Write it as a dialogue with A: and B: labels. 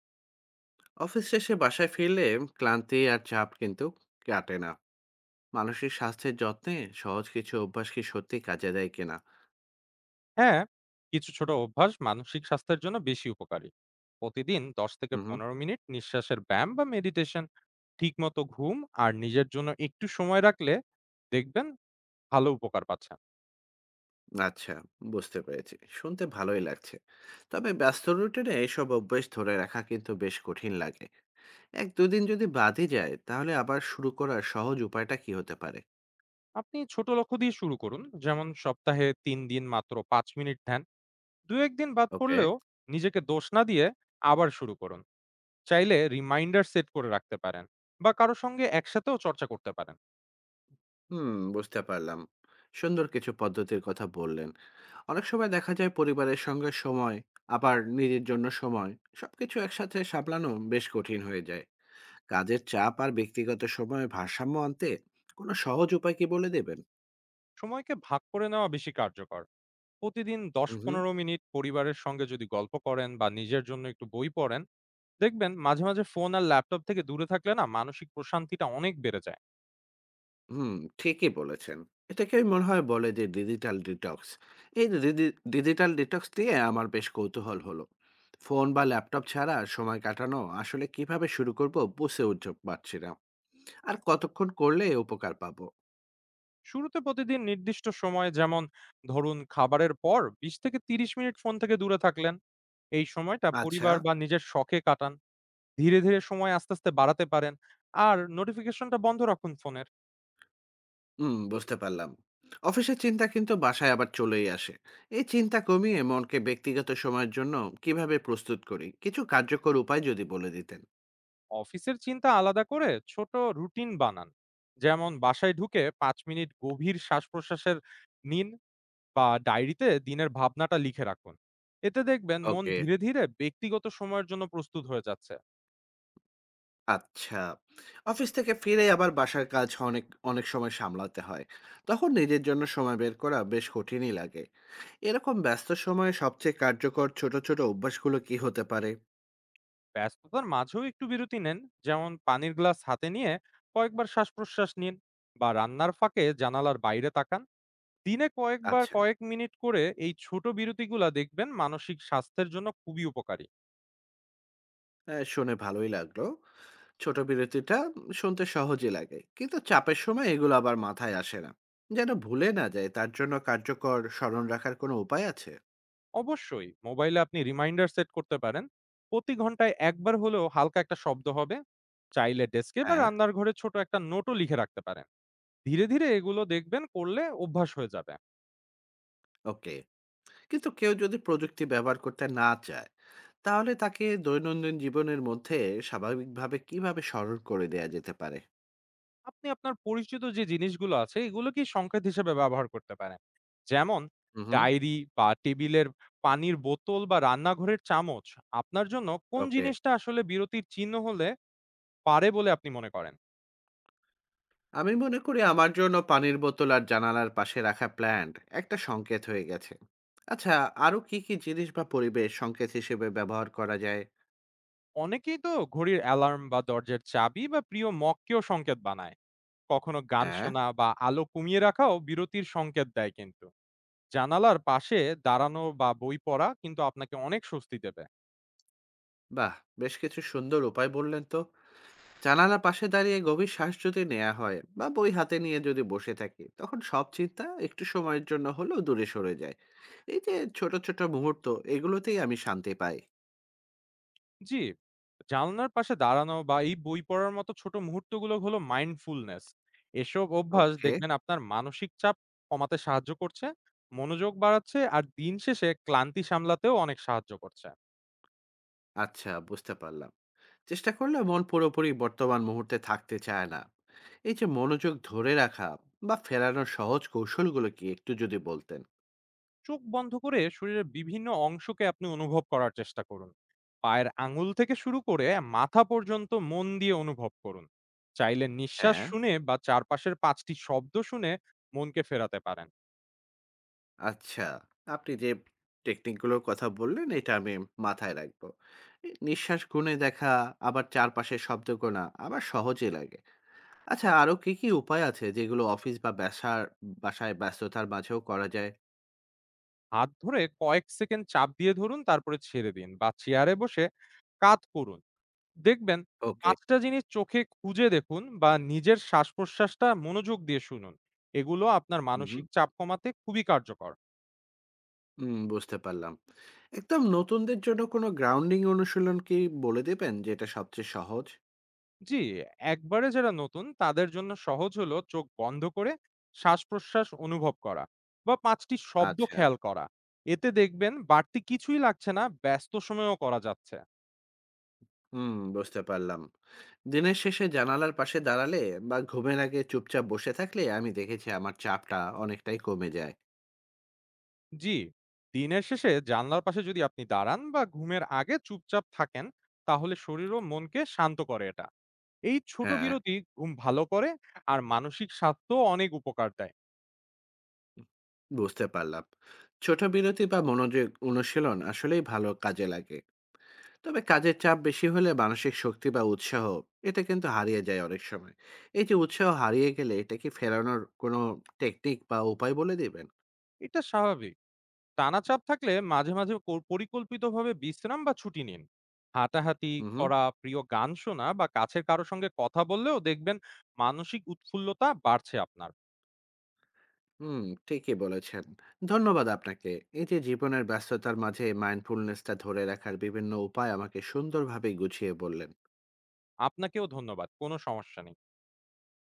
A: Office শেষে বাসায় ফিরলে ক্লান্তি আর চাপ কিন্তু কাটে না। মানসিক স্বাস্থ্যের যত্নে সহজ কিছু অভ্যাস কি সত্যি কাজে দেয় কিনা?
B: হ্যাঁ, কিছু ছোট অভ্যাস মানসিক স্বাস্থ্যের জন্য বেশি উপকারী। প্রতিদিন দশ থেকে
A: হুম।
B: পনেরো মিনিট নিঃশ্বাসের ব্যায়াম বা মেডিটেশন, ঠিকমতো ঘুম আর নিজের জন্য একটু সময় রাখলে দেখবেন ভালো উপকার পাচ্ছেন।
A: আচ্ছা, বুঝতে পেরেছি, শুনতে ভালোই লাগছে। তবে ব্যস্ত রুটিনে এইসব অভ্যাস ধরে রাখা কিন্তু বেশ কঠিন লাগে। এক দুদিন যদি বাদই যায়, তাহলে আবার শুরু করার সহজ উপায়টা কি হতে পারে?
B: আপনি ছোট লক্ষ্য দিয়ে শুরু করুন, যেমন সপ্তাহে তিন দিন মাত্র 5 মিনিট ধ্যান। দু একদিন বাদ
A: ওকে।
B: পড়লেও নিজেকে দোষ না দিয়ে আবার শুরু করুন। চাইলে রিমাইন্ডার সেট করে রাখতে পারেন বা কারো সঙ্গে একসাথেও চর্চা করতে পারেন।
A: হুম, বুঝতে পারলাম। সুন্দর কিছু পদ্ধতির কথা বললেন। অনেক সময় দেখা যায় পরিবারের সঙ্গে সময়, আবার নিজের জন্য সময়, সবকিছু একসাথে সামলানো বেশ কঠিন হয়ে যায়। কাজের চাপ আর ব্যক্তিগত সময়ে ভারসাম্য আনতে কোনো সহজ উপায় কি বলে দেবেন?
B: সময়কে ভাগ করে নেওয়া বেশি কার্যকর। প্রতিদিন
A: হুম।
B: 10-15 মিনিট পরিবারের সঙ্গে যদি গল্প করেন বা নিজের জন্য একটু বই পড়েন, দেখবেন মাঝে মাঝে ফোন আর ল্যাপটপ থেকে দূরে থাকলে না মানসিক প্রশান্তিটা অনেক বেড়ে যায়।
A: হুম, ঠিকই বলেছেন। এটাকেই মনে হয় বলে যে ডিজিটাল ডিটক্স। এই ডিজিটাল ডিটক্স দিয়ে আমার বেশ কৌতূহল হলো। ফোন বা ল্যাপটপ ছাড়া সময় কাটানো আসলে কিভাবে শুরু করব বুঝে উঠতে পারছি না। আর কতক্ষণ করলে উপকার পাবো?
B: শুরুতে প্রতিদিন নির্দিষ্ট সময়ে, যেমন ধরুন খাবারের পর 20-30 মিনিট ফোন থেকে দূরে থাকলেন। এই সময়টা
A: আচ্ছা।
B: পরিবার বা নিজের শখে কাটান। ধীরে ধীরে সময় আস্তে আস্তে বাড়াতে পারেন। আর নোটিফিকেশনটা বন্ধ রাখুন ফোনের।
A: হুম, বুঝতে পারলাম। অফিসের চিন্তা কিন্তু বাসায় আবার চলেই আসে। এই চিন্তা কমিয়ে মনকে ব্যক্তিগত সময়ের জন্য কিভাবে প্রস্তুত করি, কিছু কার্যকর উপায় যদি বলে দিতেন।
B: অফিসের চিন্তা আলাদা করে ছোট রুটিন বানান। যেমন বাসায় ঢুকে ৫ মিনিট গভীর শ্বাসপ্রশ্বাসের নিন। বা ডায়েরিতে দিনের ভাবনাটা লিখে রাখুন। এতে দেখবেন মন
A: ওকে।
B: ধীরে ধীরে ব্যক্তিগত সময়ের জন্য প্রস্তুত হয়ে যাচ্ছে।
A: আচ্ছা, অফিস থেকে ফিরে আবার বাসার কাজ অনেক, অনেক সময় সামলাতে হয়। তখন নিজের জন্য সময় বের করা বেশ কঠিনই লাগে। এরকম ব্যস্ত সময়ে সবচেয়ে কার্যকর ছোট ছোট অভ্যাসগুলো কি হতে পারে?
B: ব্যস্ততার মাঝেও একটু বিরতি নেন। যেমন পানির গ্লাস হাতে নিয়ে কয়েকবার শ্বাস প্রশ্বাস নিন, বা রান্নার ফাঁকে জানালার বাইরে তাকান। দিনে কয়েকবার
A: আচ্ছা।
B: কয়েক মিনিট করে এই ছোট বিরতিগুলা দেখবেন মানসিক স্বাস্থ্যের জন্য খুবই উপকারী।
A: শুনে ভালোই লাগলো। ছোট বিরতিটা শুনতে সহজই লাগে, কিন্তু চাপের সময় এগুলো আবার মাথায় আসে না। যেন ভুলে না যায় তার জন্য কার্যকর স্মরণ রাখার কোনো উপায় আছে?
B: অবশ্যই, মোবাইলে আপনি রিমাইন্ডার সেট করতে পারেন। প্রতি ঘন্টায় একবার হলেও হালকা একটা শব্দ হবে। চাইলে ডেস্কে বা
A: হ্যাঁ।
B: রান্নার ঘরে ছোট একটা নোটও লিখে রাখতে পারেন। ধীরে ধীরে এগুলো দেখবেন করলে অভ্যাস হয়ে যাবে।
A: ওকে। কিন্তু কেউ যদি প্রযুক্তি ব্যবহার করতে না চায়, তাহলে তাকে দৈনন্দিন জীবনের মধ্যে স্বাভাবিকভাবে কিভাবে স্মরণ করে দেয়া যেতে পারে?
B: আপনি আপনার পরিচিত যে জিনিসগুলো আছে এগুলোকেই সংকেত হিসেবে ব্যবহার করতে পারেন। যেমন
A: হুম।
B: ডায়েরি বা টেবিলের পানির বোতল বা রান্নাঘরের চামচ। আপনার জন্য কোন
A: ওকে।
B: জিনিসটা আসলে বিরতির চিহ্ন হলে পারে বলে আপনি মনে করেন?
A: আমি মনে করি আমার জন্য পানির বোতল আর জানালার পাশে রাখা প্ল্যান্ট একটা সংকেত হয়ে গেছে। আচ্ছা, আরো কি কি জিনিস বা পরিবেশ সংকেত হিসেবে ব্যবহার করা যায়?
B: অনেকেই তো ঘড়ির অ্যালার্ম বা দরজার চাবি বা প্রিয় মগকেও সংকেত বানায়। কখনো গান
A: হ্যাঁ।
B: শোনা বা আলো কমিয়ে রাখাও বিরতির সংকেত দেয় কিন্তু। জানালার পাশে দাঁড়ানো বা বই পড়া কিন্তু আপনাকে অনেক স্বস্তি দেবে।
A: বাহ! বেশ কিছু সুন্দর উপায় বললেন তো। জানালার পাশে দাঁড়িয়ে গভীর শ্বাস যদি নেয়া হয় বা বই হাতে নিয়ে যদি বসে থাকি, তখন সব চিন্তা একটু সময়ের জন্য হলেও দূরে সরে যায়। এই যে ছোট, ছোট মুহূর্ত, এগুলোতেই আমি শান্তি পাই।
B: জি, জানলার পাশে দাঁড়ানো বা এই বই পড়ার মতো ছোট মুহূর্তগুলো হলো মাইন্ডফুলনেস। এসব অভ্যাস
A: ওকে।
B: দেখবেন আপনার মানসিক চাপ কমাতে সাহায্য করছে, মনোযোগ বাড়াচ্ছে আর দিন শেষে ক্লান্তি সামলাতেও অনেক সাহায্য করছে।
A: আচ্ছা, বুঝতে পারলাম। চেষ্টা করলে মন পুরোপুরি বর্তমান মুহূর্তে থাকতে চায় না। এই যে মনোযোগ ধরে রাখা বা ফেরানোর সহজ কৌশলগুলো কি একটু যদি বলতেন?
B: চোখ বন্ধ করে শরীরের বিভিন্ন অংশকে আপনি অনুভব করার চেষ্টা করুন। পায়ের আঙুল থেকে শুরু করে মাথা পর্যন্ত মন দিয়ে অনুভব করুন। চাইলে নিঃশ্বাস
A: হ্যাঁ।
B: শুনে বা চারপাশের পাঁচটি শব্দ শুনে মনকে ফেরাতে পারেন।
A: আচ্ছা, আপনি যে টেকনিক গুলোর কথা বললেন এটা আমি মাথায় রাখবো। এ নিঃশ্বাস গুণে দেখা, আবার চারপাশের শব্দ গোনা আমার সহজই লাগে। আচ্ছা, আরো কি, কি উপায় আছে যেগুলো অফিস বা বাসায় ব্যস্ততার মাঝেও করা যায়?
B: হাত ধরে কয়েক সেকেন্ড চাপ দিয়ে ধরুন, তারপরে ছেড়ে দিন, বা চেয়ারে বসে কাত করুন। দেখবেন
A: ওকে।
B: ৫ টা জিনিস চোখে খুঁজে দেখুন বা নিজের শ্বাস-প্রশ্বাসটা মনোযোগ দিয়ে শুনুন। এগুলো আপনার
A: হু।
B: মানসিক চাপ কমাতে খুবই কার্যকর।
A: হুম, বুঝতে পারলাম। একদম নতুনদের জন্য কোনো গ্রাউন্ডিং অনুশীলন কি বলে দেবেন যেটা সবচেয়ে সহজ?
B: জি, একবারে যারা নতুন তাদের জন্য সহজ হলো চোখ বন্ধ করে শ্বাস-প্রশ্বাস অনুভব করা বা ৫ টি শব্দ
A: আচ্ছা।
B: খেয়াল করা। এতে দেখবেন বাড়তি কিছুই লাগছে না, ব্যস্ত সময়েও করা যাচ্ছে।
A: হুম, বুঝতে পারলাম। দিনের শেষে জানালার পাশে দাঁড়ালে বা ঘুমের আগে চুপচাপ বসে থাকলে আমি দেখেছি আমার চাপটা অনেকটাই কমে যায়।
B: জি, দিনের শেষে জানলার পাশে যদি আপনি দাঁড়ান বা ঘুমের আগে চুপচাপ থাকেন, তাহলে শরীর ও মনকে শান্ত করে এটা। এই ছোট
A: হ্যাঁ।
B: বিরতি ঘুম ভালো করে আর মানসিক স্বাস্থ্য অনেক উপকার দেয়।
A: বুঝতে পারলাম, ছোট বিরতি বা মনোযোগ অনুশীলন আসলেই ভালো কাজে লাগে। তবে কাজের চাপ বেশি হলে মানসিক শক্তি বা উৎসাহ এটা কিন্তু হারিয়ে যায় অনেক সময়। এই যে উৎসাহ হারিয়ে গেলে এটা কি ফেরানোর কোনো টেকনিক বা উপায় বলে দিবেন?
B: এটা স্বাভাবিক। টানা চাপ থাকলে মাঝে মাঝে পরিকল্পিতভাবে বিশ্রাম বা ছুটি নিন। হাঁটাহাঁটি
A: হুম।
B: করা, প্রিয় গান শোনা বা কাছের কারো সঙ্গে কথা বললেও দেখবেন মানসিক উৎফুল্লতা বাড়ছে আপনার।
A: হুম, ঠিকই বলেছেন। ধন্যবাদ আপনাকে। এই যে জীবনের ব্যস্ততার মাঝে মাইন্ডফুলনেসটা ধরে রাখার বিভিন্ন উপায় আমাকে সুন্দরভাবে গুছিয়ে বললেন।
B: আপনাকেও ধন্যবাদ, কোনো সমস্যা নেই।